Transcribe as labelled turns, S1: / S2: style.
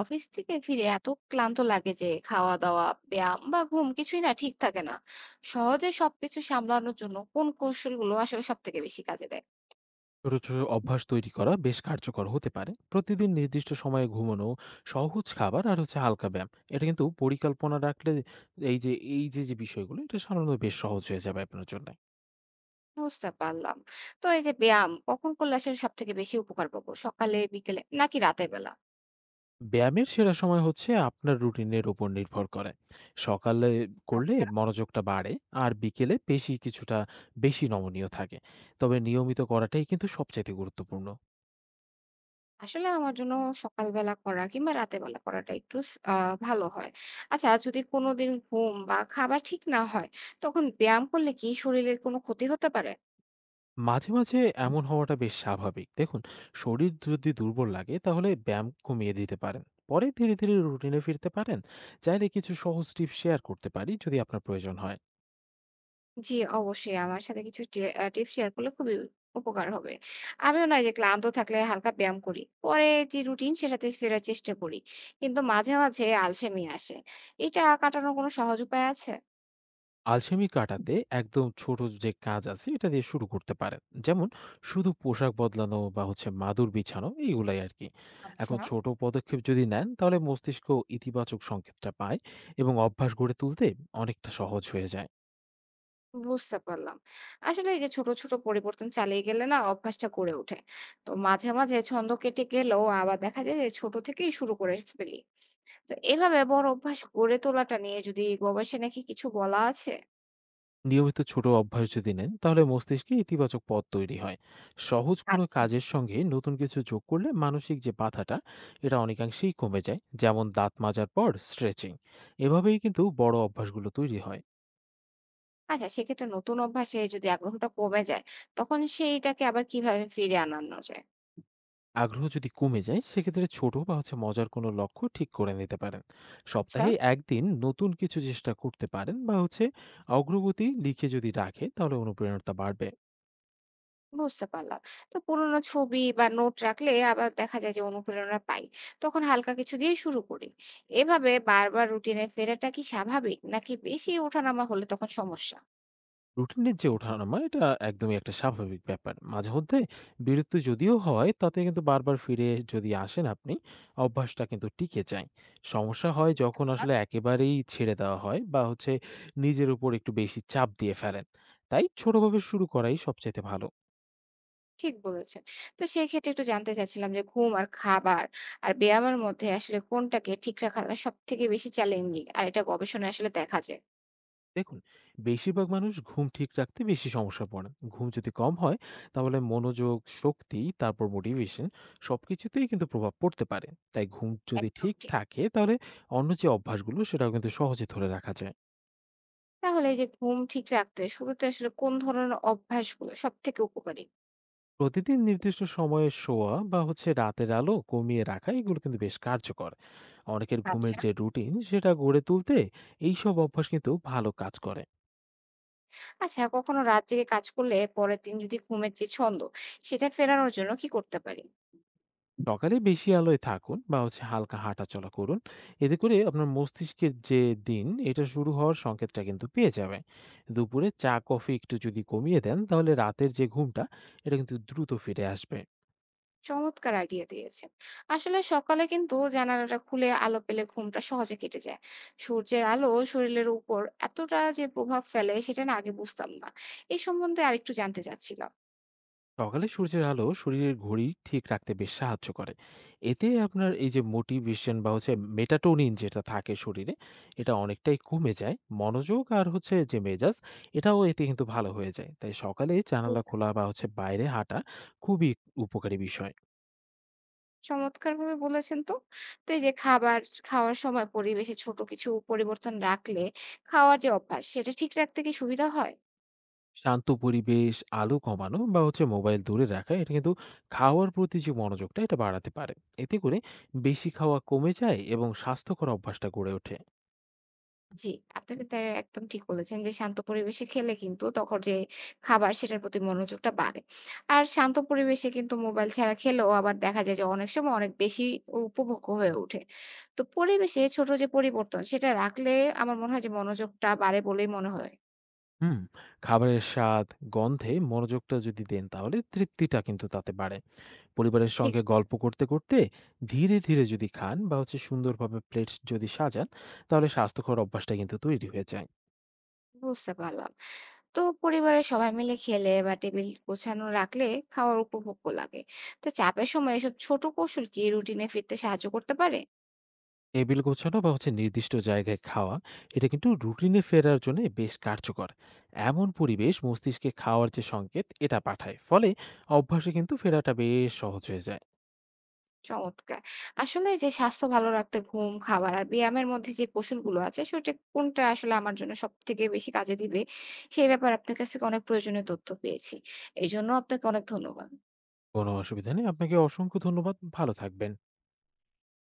S1: Office থেকে ফিরে এত ক্লান্ত লাগে যে খাওয়া দাওয়া ব্যায়াম বা ঘুম কিছুই না ঠিক থাকে না। সহজে সবকিছু সামলানোর জন্য কোন কৌশলগুলো আসলে সব থেকে বেশি কাজে দেয়?
S2: ছোট ছোট অভ্যাস তৈরি করা বেশ কার্যকর হতে পারে। প্রতিদিন নির্দিষ্ট সময়ে ঘুমানো, সহজ খাবার আর হালকা ব্যায়াম। এটা কিন্তু পরিকল্পনা রাখলে এই যে এই যে যে বিষয়গুলো, এটা সাধারণত বেশ সহজ হয়ে যাবে আপনার জন্য।
S1: বুঝতে পারলাম। তো এই যে ব্যায়াম কখন করলে আসলে সব থেকে বেশি উপকার পাবো, সকালে বিকেলে নাকি রাতের বেলা?
S2: ব্যায়ামের সেরা সময় হচ্ছে আপনার রুটিনের উপর নির্ভর করে। সকালে করলে
S1: আচ্ছা।
S2: মনোযোগটা বাড়ে, আর বিকেলে পেশি কিছুটা বেশি নমনীয় থাকে। তবে নিয়মিত করাটাই কিন্তু সবচাইতে গুরুত্বপূর্ণ।
S1: আসলে আমার জন্য সকালবেলা করা কিংবা রাতের বেলা করাটা একটু স- আহ ভালো হয়। আচ্ছা, যদি কোনোদিন ঘুম বা খাবার ঠিক না হয়, তখন ব্যায়াম করলে কি শরীরের কোনো ক্ষতি হতে পারে?
S2: মাঝে মাঝে এমন হওয়াটা বেশ স্বাভাবিক। দেখুন, শরীর যদি দুর্বল লাগে তাহলে ব্যায়াম কমিয়ে দিতে পারেন। পরে ধীরে ধীরে রুটিনে ফিরতে পারেন। চাইলে কিছু সহজ টিপস শেয়ার করতে পারি যদি আপনার প্রয়োজন হয়।
S1: জি, অবশ্যই। আমার সাথে কিছু টে আ টিপস শেয়ার করলে খুবই উপকার হবে। আমিও না এই যে ক্লান্ত থাকলে হালকা ব্যায়াম করি। পরে যে রুটিন সেটাতে ফেরার চেষ্টা করি। কিন্তু মাঝে, মাঝে আলসেমি আসে। এটা কাটানোর কোনো সহজ উপায় আছে?
S2: আলসেমি কাটাতে একদম ছোট যে কাজ আছে এটা দিয়ে শুরু করতে পারেন। যেমন শুধু পোশাক বদলানো বা মাদুর বিছানো, এইগুলাই আরকি।
S1: আচ্ছা।
S2: এখন ছোট পদক্ষেপ যদি নেন তাহলে মস্তিষ্ক ইতিবাচক সংকেতটা পায়, এবং অভ্যাস গড়ে তুলতে অনেকটা সহজ হয়ে যায়।
S1: বুঝতে পারলাম। আসলে এই যে ছোট, ছোট পরিবর্তন চালিয়ে গেলে না অভ্যাসটা গড়ে ওঠে। তো মাঝে, মাঝে ছন্দ কেটে গেলেও আবার দেখা যায় যে ছোট থেকেই শুরু করে ফেলি। তো এভাবে বড় অভ্যাস গড়ে তোলাটা নিয়ে যদি গবেষণায় কি কিছু বলা আছে?
S2: নিয়মিত ছোট অভ্যাস যদি নেন তাহলে মস্তিষ্কে ইতিবাচক পথ তৈরি হয়। সহজ কোনো
S1: আচ্ছা।
S2: কাজের সঙ্গে নতুন কিছু যোগ করলে মানসিক যে বাধাটা, এটা অনেকাংশেই কমে যায়। যেমন দাঁত মাজার পর স্ট্রেচিং, এভাবেই কিন্তু বড় অভ্যাসগুলো তৈরি হয়।
S1: আচ্ছা, সেক্ষেত্রে নতুন অভ্যাসে যদি আগ্রহটা কমে যায়, তখন সেইটাকে আবার কিভাবে ফিরিয়ে আনানো যায়?
S2: আগ্রহ যদি কমে যায় সেক্ষেত্রে ছোট বা মজার কোনো লক্ষ্য ঠিক করে নিতে পারেন।
S1: আচ্ছা,
S2: সপ্তাহে একদিন নতুন কিছু চেষ্টা করতে পারেন, বা অগ্রগতি লিখে যদি রাখে তাহলে অনুপ্রেরণাটা বাড়বে।
S1: বুঝতে পারলাম। তো পুরোনো ছবি বা নোট রাখলে আবার দেখা যায় যে অনুপ্রেরণা পাই। তখন হালকা কিছু দিয়ে শুরু করি। এভাবে বারবার রুটিনে ফেরাটা কি স্বাভাবিক? নাকি বেশি ওঠানামা হলে তখন সমস্যা?
S2: রুটিনের যে ওঠানামা, এটা একদমই একটা স্বাভাবিক ব্যাপার। মাঝে মধ্যে বিরতি যদিও হয়, তাতে কিন্তু বারবার ফিরে যদি আসেন আপনি, অভ্যাসটা কিন্তু টিকে যায়। সমস্যা হয় যখন
S1: হ্যাঁ।
S2: আসলে একেবারেই ছেড়ে দেওয়া হয়, বা নিজের উপর একটু বেশি চাপ দিয়ে ফেলেন। তাই ছোটভাবে শুরু করাই সবচাইতে ভালো।
S1: ঠিক বলেছেন। তো সেক্ষেত্রে একটু জানতে চাচ্ছিলাম যে ঘুম আর খাবার আর ব্যায়ামের মধ্যে আসলে কোনটাকে ঠিক রাখাটা সবথেকে বেশি চ্যালেঞ্জিং? আর এটা গবেষণায় আসলে দেখা যায়।
S2: দেখুন, বেশিরভাগ মানুষ ঘুম ঠিক রাখতে বেশি সমস্যা পড়ে। ঘুম যদি কম হয় তাহলে মনোযোগ, শক্তি, তারপর মোটিভেশন, সবকিছুতেই কিন্তু প্রভাব পড়তে পারে। তাই ঘুম যদি
S1: একদম
S2: ঠিক
S1: ঠিক।
S2: থাকে তাহলে অন্য যে অভ্যাসগুলো সেটাও কিন্তু সহজে ধরে রাখা যায়।
S1: তাহলে এই যে ঘুম ঠিক রাখতে শুরুতে আসলে কোন ধরনের অভ্যাসগুলো সব থেকে উপকারী?
S2: প্রতিদিন নির্দিষ্ট সময়ে শোয়া বা রাতের আলো কমিয়ে রাখা, এগুলো কিন্তু বেশ কার্যকর। অনেকের ঘুমের
S1: আচ্ছা।
S2: যে রুটিন সেটা গড়ে তুলতে এইসব অভ্যাস কিন্তু ভালো কাজ করে।
S1: আচ্ছা, কখনো রাত জেগে কাজ করলে পরের দিন যদি ঘুমের যে ছন্দ, সেটা ফেরানোর জন্য কি করতে পারি?
S2: সকালে বেশি আলোয় থাকুন বা হালকা হাঁটাচলা করুন। এতে করে আপনার মস্তিষ্কের যে দিন এটা শুরু হওয়ার সংকেতটা কিন্তু পেয়ে যাবে। দুপুরে চা কফি একটু যদি কমিয়ে দেন তাহলে রাতের যে ঘুমটা, এটা কিন্তু দ্রুত ফিরে আসবে।
S1: চমৎকার আইডিয়া দিয়েছেন। আসলে সকালে কিন্তু জানালাটা খুলে আলো পেলে ঘুমটা সহজে কেটে যায়। সূর্যের আলো শরীরের উপর এতটা যে প্রভাব ফেলে সেটা না আগে বুঝতাম না। এই সম্বন্ধে আরেকটু জানতে চাচ্ছিলাম।
S2: সকালে সূর্যের আলো শরীরের ঘড়ি ঠিক রাখতে বেশ সাহায্য করে। এতে আপনার এই যে মোটিভেশন বা মেটাটোনিন যেটা থাকে শরীরে, এটা অনেকটাই কমে যায়। মনোযোগ আর যে মেজাজ, এটাও এতে কিন্তু ভালো হয়ে যায়। তাই সকালে জানালা খোলা
S1: বুঝলাম।
S2: বা বাইরে হাঁটা খুবই উপকারী বিষয়।
S1: চমৎকারভাবে বলেছেন তো। তো এই যে খাবার খাওয়ার সময় পরিবেশে ছোট কিছু পরিবর্তন রাখলে খাওয়ার যে অভ্যাস সেটা ঠিক রাখতে কি সুবিধা হয়?
S2: শান্ত পরিবেশ, আলো কমানো বা মোবাইল দূরে রাখা, এটা কিন্তু খাওয়ার প্রতি যে মনোযোগটা, এটা বাড়াতে পারে। এতে করে বেশি খাওয়া কমে যায় এবং স্বাস্থ্যকর অভ্যাসটা গড়ে ওঠে।
S1: জি, আপনি কিন্তু একদম ঠিক বলেছেন যে শান্ত পরিবেশে খেলে কিন্তু তখন যে খাবার সেটার প্রতি মনোযোগটা বাড়ে। আর শান্ত পরিবেশে কিন্তু মোবাইল ছাড়া খেলেও আবার দেখা যায় যে অনেক সময় অনেক বেশি উপভোগ্য হয়ে ওঠে। তো পরিবেশে ছোট যে পরিবর্তন সেটা রাখলে আমার মনে হয় যে মনোযোগটা বাড়ে বলেই মনে হয়।
S2: হুম, খাবারের স্বাদ, গন্ধে মনোযোগটা যদি দেন তাহলে তৃপ্তিটা কিন্তু তাতে বাড়ে। পরিবারের
S1: ঠিক
S2: সঙ্গে গল্প করতে করতে ধীরে ধীরে যদি খান, বা সুন্দরভাবে প্লেট যদি সাজান তাহলে স্বাস্থ্যকর অভ্যাসটা কিন্তু তৈরি হয়ে যায়।
S1: বুঝতে পারলাম। তো পরিবারের সবাই মিলে খেলে বা টেবিল গোছানো রাখলে খাওয়ার উপভোগ্য লাগে। তো চাপের সময় এসব ছোট কৌশল কি রুটিনে ফিরতে সাহায্য করতে পারে?
S2: টেবিল গোছানো বা নির্দিষ্ট জায়গায় খাওয়া, এটা কিন্তু রুটিনে ফেরার জন্য বেশ কার্যকর। এমন পরিবেশ মস্তিষ্কে খাওয়ার যে সংকেত, এটা পাঠায়। ফলে অভ্যাসে কিন্তু ফেরাটা বেশ সহজ হয়ে যায়।
S1: চমৎকার। আসলে যে স্বাস্থ্য ভালো রাখতে ঘুম খাবার আর ব্যায়ামের মধ্যে যে কৌশলগুলো আছে সেটা কোনটা আসলে আমার জন্য সব থেকে বেশি কাজে দিবে সেই ব্যাপারে আপনার কাছ থেকে অনেক প্রয়োজনীয় তথ্য পেয়েছি। এই জন্য আপনাকে অনেক ধন্যবাদ।
S2: কোনো অসুবিধা নেই, আপনাকে অসংখ্য ধন্যবাদ, ভালো থাকবেন।